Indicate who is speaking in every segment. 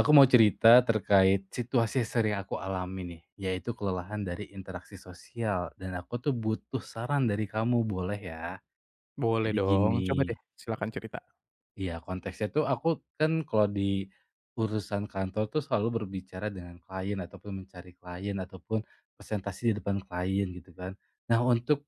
Speaker 1: Aku mau cerita terkait situasi yang sering aku alami nih, yaitu kelelahan dari interaksi sosial dan aku tuh butuh saran dari kamu, boleh ya?
Speaker 2: Boleh
Speaker 1: Jadi
Speaker 2: dong,
Speaker 1: gini.
Speaker 2: coba deh silakan cerita.
Speaker 1: Iya, konteksnya tuh aku kan kalau di urusan kantor tuh selalu berbicara dengan klien ataupun mencari klien ataupun presentasi di depan klien gitu kan. Nah, untuk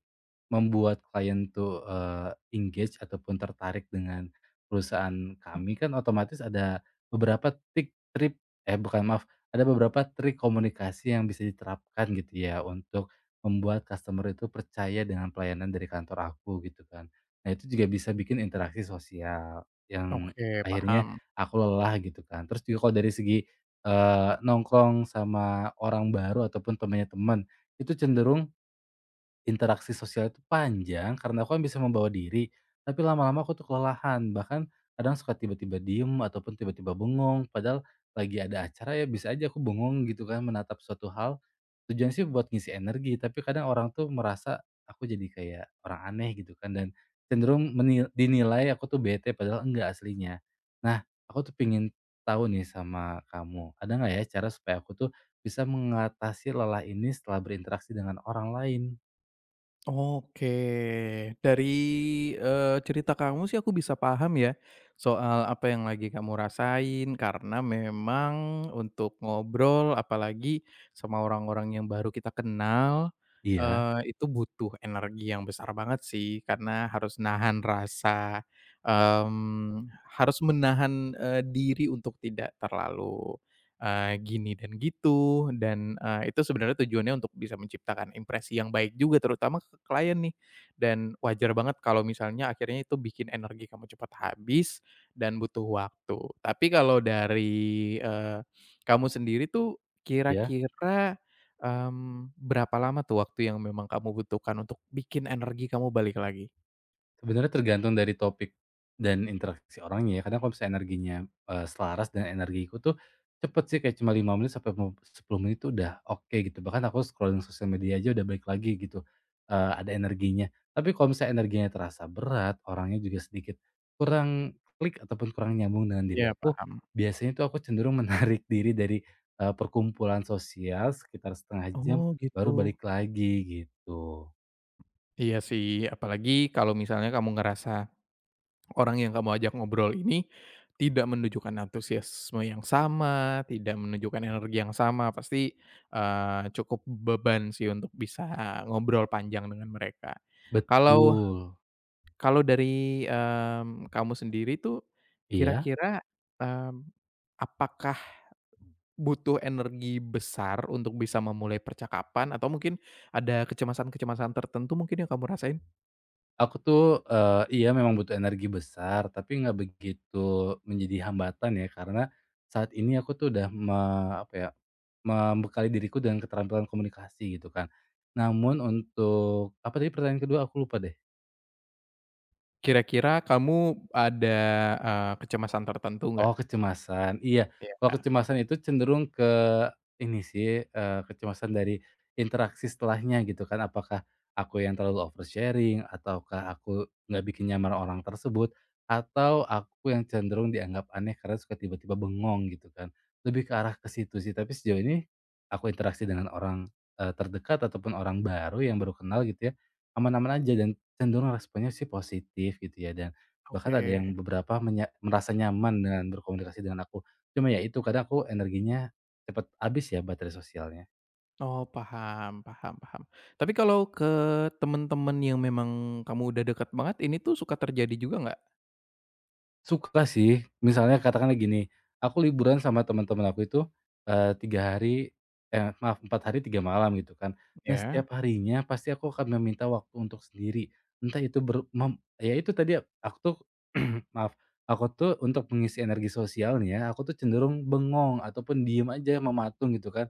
Speaker 1: membuat klien tuh engage ataupun tertarik dengan perusahaan kami kan otomatis ada beberapa bukan, maaf, ada beberapa trik komunikasi yang bisa diterapkan gitu ya untuk membuat customer itu percaya dengan pelayanan dari kantor aku gitu kan. Nah, itu juga bisa bikin interaksi sosial. Yang
Speaker 2: Oke,
Speaker 1: akhirnya
Speaker 2: paham.
Speaker 1: aku lelah gitu kan. Terus juga kalau dari segi, nongkrong sama orang baru ataupun temannya teman, itu cenderung interaksi sosial itu panjang karena aku kan bisa membawa diri, tapi lama-lama aku tuh kelelahan, bahkan kadang suka tiba-tiba diem ataupun tiba-tiba bengong, padahal lagi ada acara ya bisa aja aku bengong gitu kan menatap suatu hal. Tujuan sih buat ngisi energi, tapi kadang orang tuh merasa aku jadi kayak orang aneh gitu kan dan cenderung dinilai aku tuh bete padahal enggak aslinya. Nah, aku tuh pingin tahu nih sama kamu, ada nggak ya cara supaya aku tuh bisa mengatasi lelah ini setelah berinteraksi dengan orang lain?
Speaker 2: Oke, dari, cerita kamu sih aku bisa paham ya, soal apa yang lagi kamu rasain, karena memang untuk ngobrol apalagi sama orang-orang yang baru kita kenal,
Speaker 1: Iya,
Speaker 2: itu butuh energi yang besar banget sih, karena harus nahan rasa, mmm, harus menahan, diri untuk tidak terlalu gini dan gitu, dan, itu sebenarnya tujuannya untuk bisa menciptakan impresi yang baik juga terutama ke klien nih, dan wajar banget kalau misalnya akhirnya itu bikin energi kamu cepat habis dan butuh waktu. Tapi kalau dari, eee, kamu sendiri tuh
Speaker 1: iya,
Speaker 2: kira-kira, berapa lama tuh waktu yang memang kamu butuhkan untuk bikin energi kamu balik lagi?
Speaker 1: sebenarnya tergantung dari topik dan interaksi orangnya ya. Kadang kalau misalnya energinya, selaras dan energiku tuh cepet sih, kayak cuma 5 menit sampai 10 menit tuh udah oke gitu, bahkan aku scrolling sosial media aja udah balik lagi gitu, ada energinya. Tapi kalau misalnya energinya terasa berat, orangnya juga sedikit kurang klik ataupun kurang nyambung dengan diri
Speaker 2: Ya
Speaker 1: aku,
Speaker 2: paham.
Speaker 1: biasanya tuh aku cenderung menarik diri dari, perkumpulan sosial sekitar setengah jam
Speaker 2: Oh
Speaker 1: baru
Speaker 2: gitu.
Speaker 1: balik lagi gitu.
Speaker 2: Iya sih, apalagi kalau misalnya kamu ngerasa orang yang kamu ajak ngobrol ini tidak menunjukkan antusiasme yang sama, tidak menunjukkan energi yang sama, pasti, cukup beban sih untuk bisa ngobrol panjang dengan mereka. Kalau
Speaker 1: Betul.
Speaker 2: kalau dari, kamu sendiri tuh
Speaker 1: Iya,
Speaker 2: kira-kira, mmm, apakah butuh energi besar untuk bisa memulai percakapan atau mungkin ada kecemasan-kecemasan tertentu mungkin yang kamu rasain?
Speaker 1: aku tuh, iya memang butuh energi besar, tapi nggak begitu menjadi hambatan ya, karena saat ini aku tuh udah apa ya, membekali diriku dengan keterampilan komunikasi gitu kan. Namun untuk apa tadi pertanyaan kedua? Aku lupa deh.
Speaker 2: Kira-kira kamu ada, kecemasan tertentu nggak?
Speaker 1: Oh, kecemasan, iya. Kalau
Speaker 2: Iya.
Speaker 1: kecemasan itu cenderung ke ini sih, kecemasan dari interaksi setelahnya gitu kan, apakah aku yang terlalu oversharing, ataukah aku nggak bikin nyaman orang tersebut, atau aku yang cenderung dianggap aneh karena suka tiba-tiba bengong gitu kan. Lebih ke arah ke situ sih, tapi sejauh ini aku interaksi dengan orang, terdekat ataupun orang baru yang baru kenal gitu ya, aman-aman aja dan cenderung responnya sih positif gitu ya. Dan bahkan ada
Speaker 2: Oke.
Speaker 1: yang beberapa merasa nyaman dengan berkomunikasi dengan aku. Cuma ya itu, kadang aku energinya cepet habis ya baterai sosialnya.
Speaker 2: Oh, paham, paham, paham. Tapi kalau ke temen-temen yang memang kamu udah dekat banget, ini tuh suka terjadi juga nggak?
Speaker 1: Suka sih, misalnya katakanlah gini, aku liburan sama teman-teman aku itu, 3 hari eh maaf 4 hari 3 malam gitu kan. Nah,
Speaker 2: Ya,
Speaker 1: setiap harinya pasti aku akan meminta waktu untuk sendiri. Entah itu ber mem ya itu tadi aku tuh maaf, aku tuh untuk mengisi energi sosialnya, aku tuh cenderung bengong ataupun diem aja mematung gitu kan.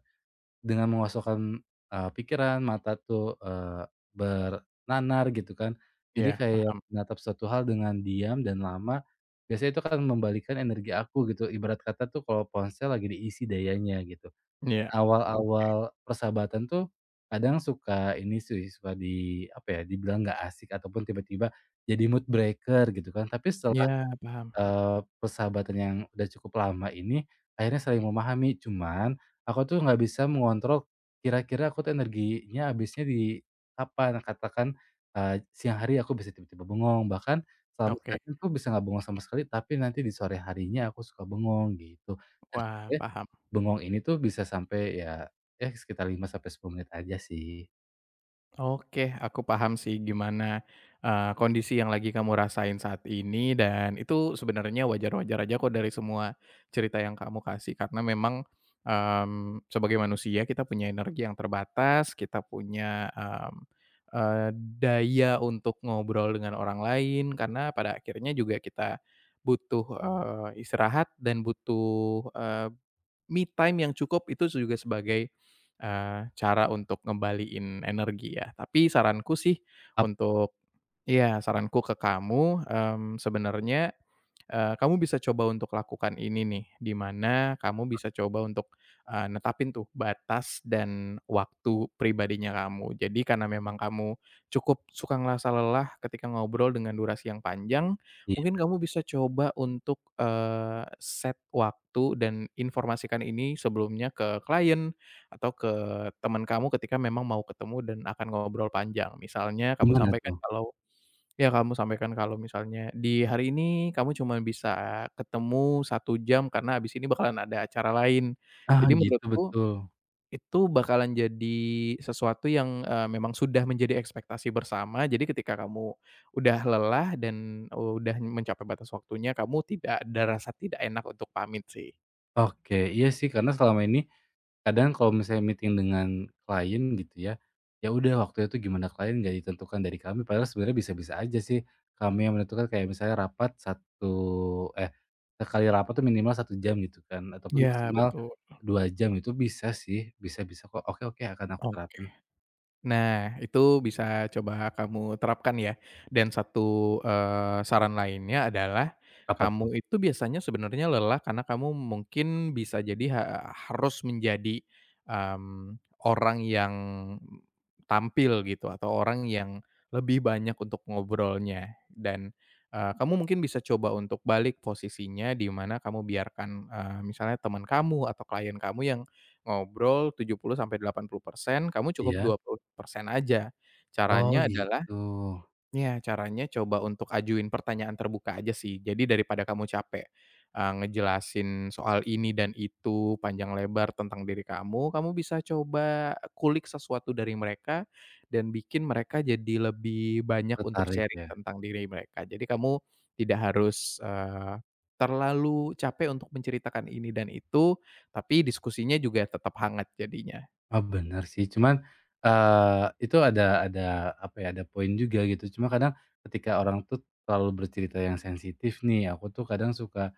Speaker 1: Dengan mengosongkan, pikiran, mata tuh, bernanar gitu kan. Jadi
Speaker 2: ya
Speaker 1: kayak
Speaker 2: paham.
Speaker 1: menatap suatu hal dengan diam dan lama, biasanya itu kan membalikan energi aku gitu, ibarat kata tuh kalau ponsel lagi diisi dayanya gitu.
Speaker 2: Ya, oh,
Speaker 1: Awal-awal persahabatan tuh kadang suka ini sih, suka di apa ya, dibilang nggak asik ataupun tiba-tiba jadi mood breaker gitu kan, tapi setelah
Speaker 2: iya, paham.
Speaker 1: persahabatan yang udah cukup lama ini, akhirnya saling memahami. Cuman, aku tuh nggak bisa mengontrol kira-kira aku tuh energinya habisnya di kapan. Katakan, siang hari aku bisa tiba-tiba bengong, bahkan selama
Speaker 2: Oke.
Speaker 1: seharian tuh bisa nggak bengong sama sekali, tapi nanti di sore harinya aku suka bengong, gitu. Dan
Speaker 2: Wah,
Speaker 1: sebenarnya
Speaker 2: paham.
Speaker 1: bengong ini tuh bisa sampai ya, ya sekitar 5 sampai 10 menit aja sih.
Speaker 2: Oke, aku paham sih gimana, kondisi yang lagi kamu rasain saat ini dan itu sebenarnya wajar-wajar aja kok dari semua cerita yang kamu kasih karena memang, sebagai manusia kita punya energi yang terbatas, kita punya, eee, daya untuk ngobrol dengan orang lain karena pada akhirnya juga kita butuh, istirahat dan butuh, me time yang cukup itu juga sebagai, cara untuk ngembaliin energi ya. Tapi saranku sih
Speaker 1: Ap
Speaker 2: untuk ya saranku ke kamu, sebenarnya kamu bisa coba untuk lakukan ini nih, di mana kamu bisa coba untuk, netapin tuh batas dan waktu pribadinya kamu. Jadi karena memang kamu cukup suka ngerasa lelah ketika ngobrol dengan durasi yang panjang,
Speaker 1: iya,
Speaker 2: mungkin kamu bisa coba untuk, set waktu dan informasikan ini sebelumnya ke klien atau ke teman kamu ketika memang mau ketemu dan akan ngobrol panjang. Misalnya kamu
Speaker 1: gimana
Speaker 2: sampaikan
Speaker 1: tuh?
Speaker 2: kalau ya, kamu sampaikan kalau misalnya, "Di hari ini kamu cuma bisa ketemu satu jam karena habis ini bakalan ada acara lain."
Speaker 1: Ah,
Speaker 2: Jadi
Speaker 1: gitu,
Speaker 2: menurutku
Speaker 1: betul.
Speaker 2: itu bakalan jadi sesuatu yang, memang sudah menjadi ekspektasi bersama. Jadi ketika kamu udah lelah dan udah mencapai batas waktunya, kamu tidak ada rasa tidak enak untuk pamit sih.
Speaker 1: Oke, iya sih karena selama ini, kadang kalau misalnya meeting dengan klien gitu ya, ya udah waktunya tuh gimana klien nggak ditentukan dari kami padahal sebenarnya bisa-bisa aja sih, kami yang menentukan kayak misalnya eh, sekali rapat tuh minimal 1 jam gitu kan ataupun
Speaker 2: Ya
Speaker 1: maksimal
Speaker 2: betul.
Speaker 1: 2 jam itu bisa sih, bisa-bisa kok. Oke, oke, akan aku
Speaker 2: Oh.
Speaker 1: terapin.
Speaker 2: Nah, itu bisa coba kamu terapkan ya. Dan satu, saran lainnya adalah,
Speaker 1: Apa tuh?
Speaker 2: kamu itu biasanya sebenarnya lelah karena kamu mungkin bisa jadi harus menjadi, mmm, orang yang tampil gitu atau orang yang lebih banyak untuk ngobrolnya. Dan, kamu mungkin bisa coba untuk balik posisinya di mana kamu biarkan, misalnya teman kamu atau klien kamu yang ngobrol 70 sampai 80% kamu cukup
Speaker 1: Iya?
Speaker 2: 20% aja.
Speaker 1: Oh
Speaker 2: Caranya adalah
Speaker 1: gitu,
Speaker 2: ya caranya coba untuk ajuin pertanyaan terbuka aja sih. Jadi daripada kamu capek, ngejelasin soal ini dan itu panjang lebar tentang diri kamu, kamu bisa coba kulik sesuatu dari mereka dan bikin mereka jadi lebih banyak untuk
Speaker 1: tertarik
Speaker 2: sharing
Speaker 1: ya?
Speaker 2: tentang diri mereka. Jadi kamu tidak harus, terlalu capek untuk menceritakan ini dan itu, tapi diskusinya juga tetap hangat jadinya.
Speaker 1: Oh, benar sih, cuman, itu ada apa ya, ada poin juga gitu. Cuma kadang ketika orang tuh terlalu bercerita yang sensitif nih, aku tuh kadang suka,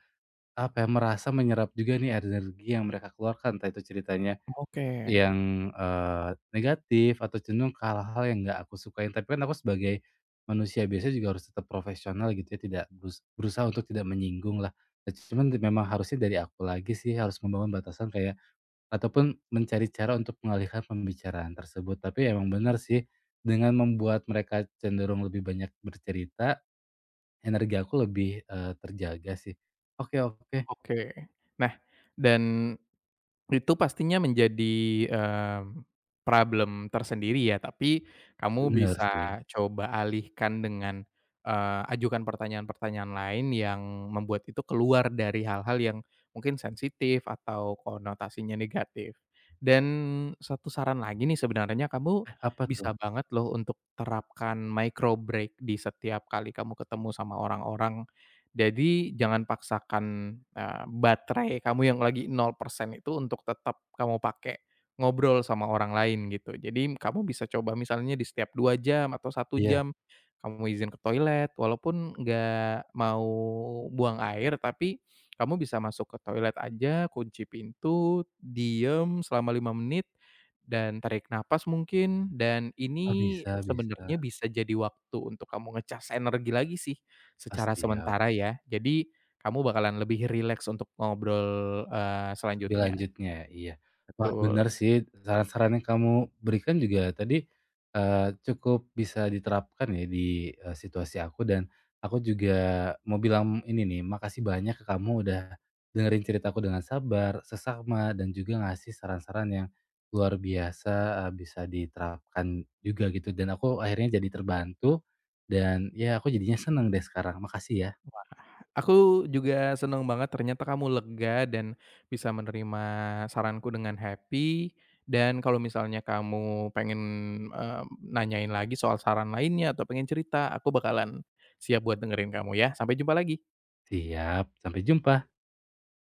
Speaker 1: apa ya, merasa menyerap juga nih energi yang mereka keluarkan, entah itu ceritanya
Speaker 2: Oke,
Speaker 1: yang, negatif atau cenderung ke hal-hal yang nggak aku sukain. Tapi kan aku sebagai manusia biasa juga harus tetap profesional gitu ya, tidak berusaha untuk tidak menyinggung lah. Nah, cuman memang harusnya dari aku lagi sih, harus membangun batasan kayak ataupun mencari cara untuk mengalihkan pembicaraan tersebut. Tapi emang benar sih, dengan membuat mereka cenderung lebih banyak bercerita, energi aku lebih, terjaga sih. Oke, oke,
Speaker 2: oke. Nah, dan itu pastinya menjadi, problem tersendiri ya, tapi kamu
Speaker 1: benar
Speaker 2: bisa
Speaker 1: sih.
Speaker 2: coba alihkan dengan, ajukan pertanyaan-pertanyaan lain yang membuat itu keluar dari hal-hal yang mungkin sensitif atau konotasinya negatif. Dan satu saran lagi nih sebenarnya kamu
Speaker 1: Eh, apa tuh?
Speaker 2: bisa banget loh untuk terapkan micro break di setiap kali kamu ketemu sama orang-orang, jadi jangan paksakan, baterai kamu yang lagi 0% itu untuk tetap kamu pakai ngobrol sama orang lain gitu. Jadi kamu bisa coba misalnya di setiap 2 jam atau satu
Speaker 1: Iya.
Speaker 2: jam kamu izin ke toilet, walaupun nggak mau buang air, tapi kamu bisa masuk ke toilet aja, kunci pintu, diem selama 5 menit, dan tarik napas mungkin, dan
Speaker 1: Oh,
Speaker 2: ini
Speaker 1: bisa, bisa.
Speaker 2: sebenarnya bisa jadi waktu untuk kamu ngecas energi lagi sih.
Speaker 1: Oh,
Speaker 2: Secara
Speaker 1: siap.
Speaker 2: sementara ya. Jadi, kamu bakalan lebih rileks untuk ngobrol,
Speaker 1: Lebih
Speaker 2: selanjutnya.
Speaker 1: lanjutnya, iya. Wah,
Speaker 2: Betul.
Speaker 1: benar sih saran-saran yang kamu berikan juga tadi, cukup bisa diterapkan ya di, situasi aku, dan aku juga mau bilang ini nih, makasih banyak ke kamu udah dengerin ceritaku dengan sabar, sesama dan juga ngasih saran-saran yang luar biasa, bisa diterapkan juga gitu dan aku akhirnya jadi terbantu dan ya aku jadinya seneng deh sekarang. Makasih ya.
Speaker 2: Aku juga seneng banget ternyata kamu lega dan bisa menerima saranku dengan happy, dan kalau misalnya kamu pengen, nanyain lagi soal saran lainnya atau pengen cerita, aku bakalan siap buat dengerin kamu ya. Sampai jumpa lagi.
Speaker 1: Siap, sampai jumpa.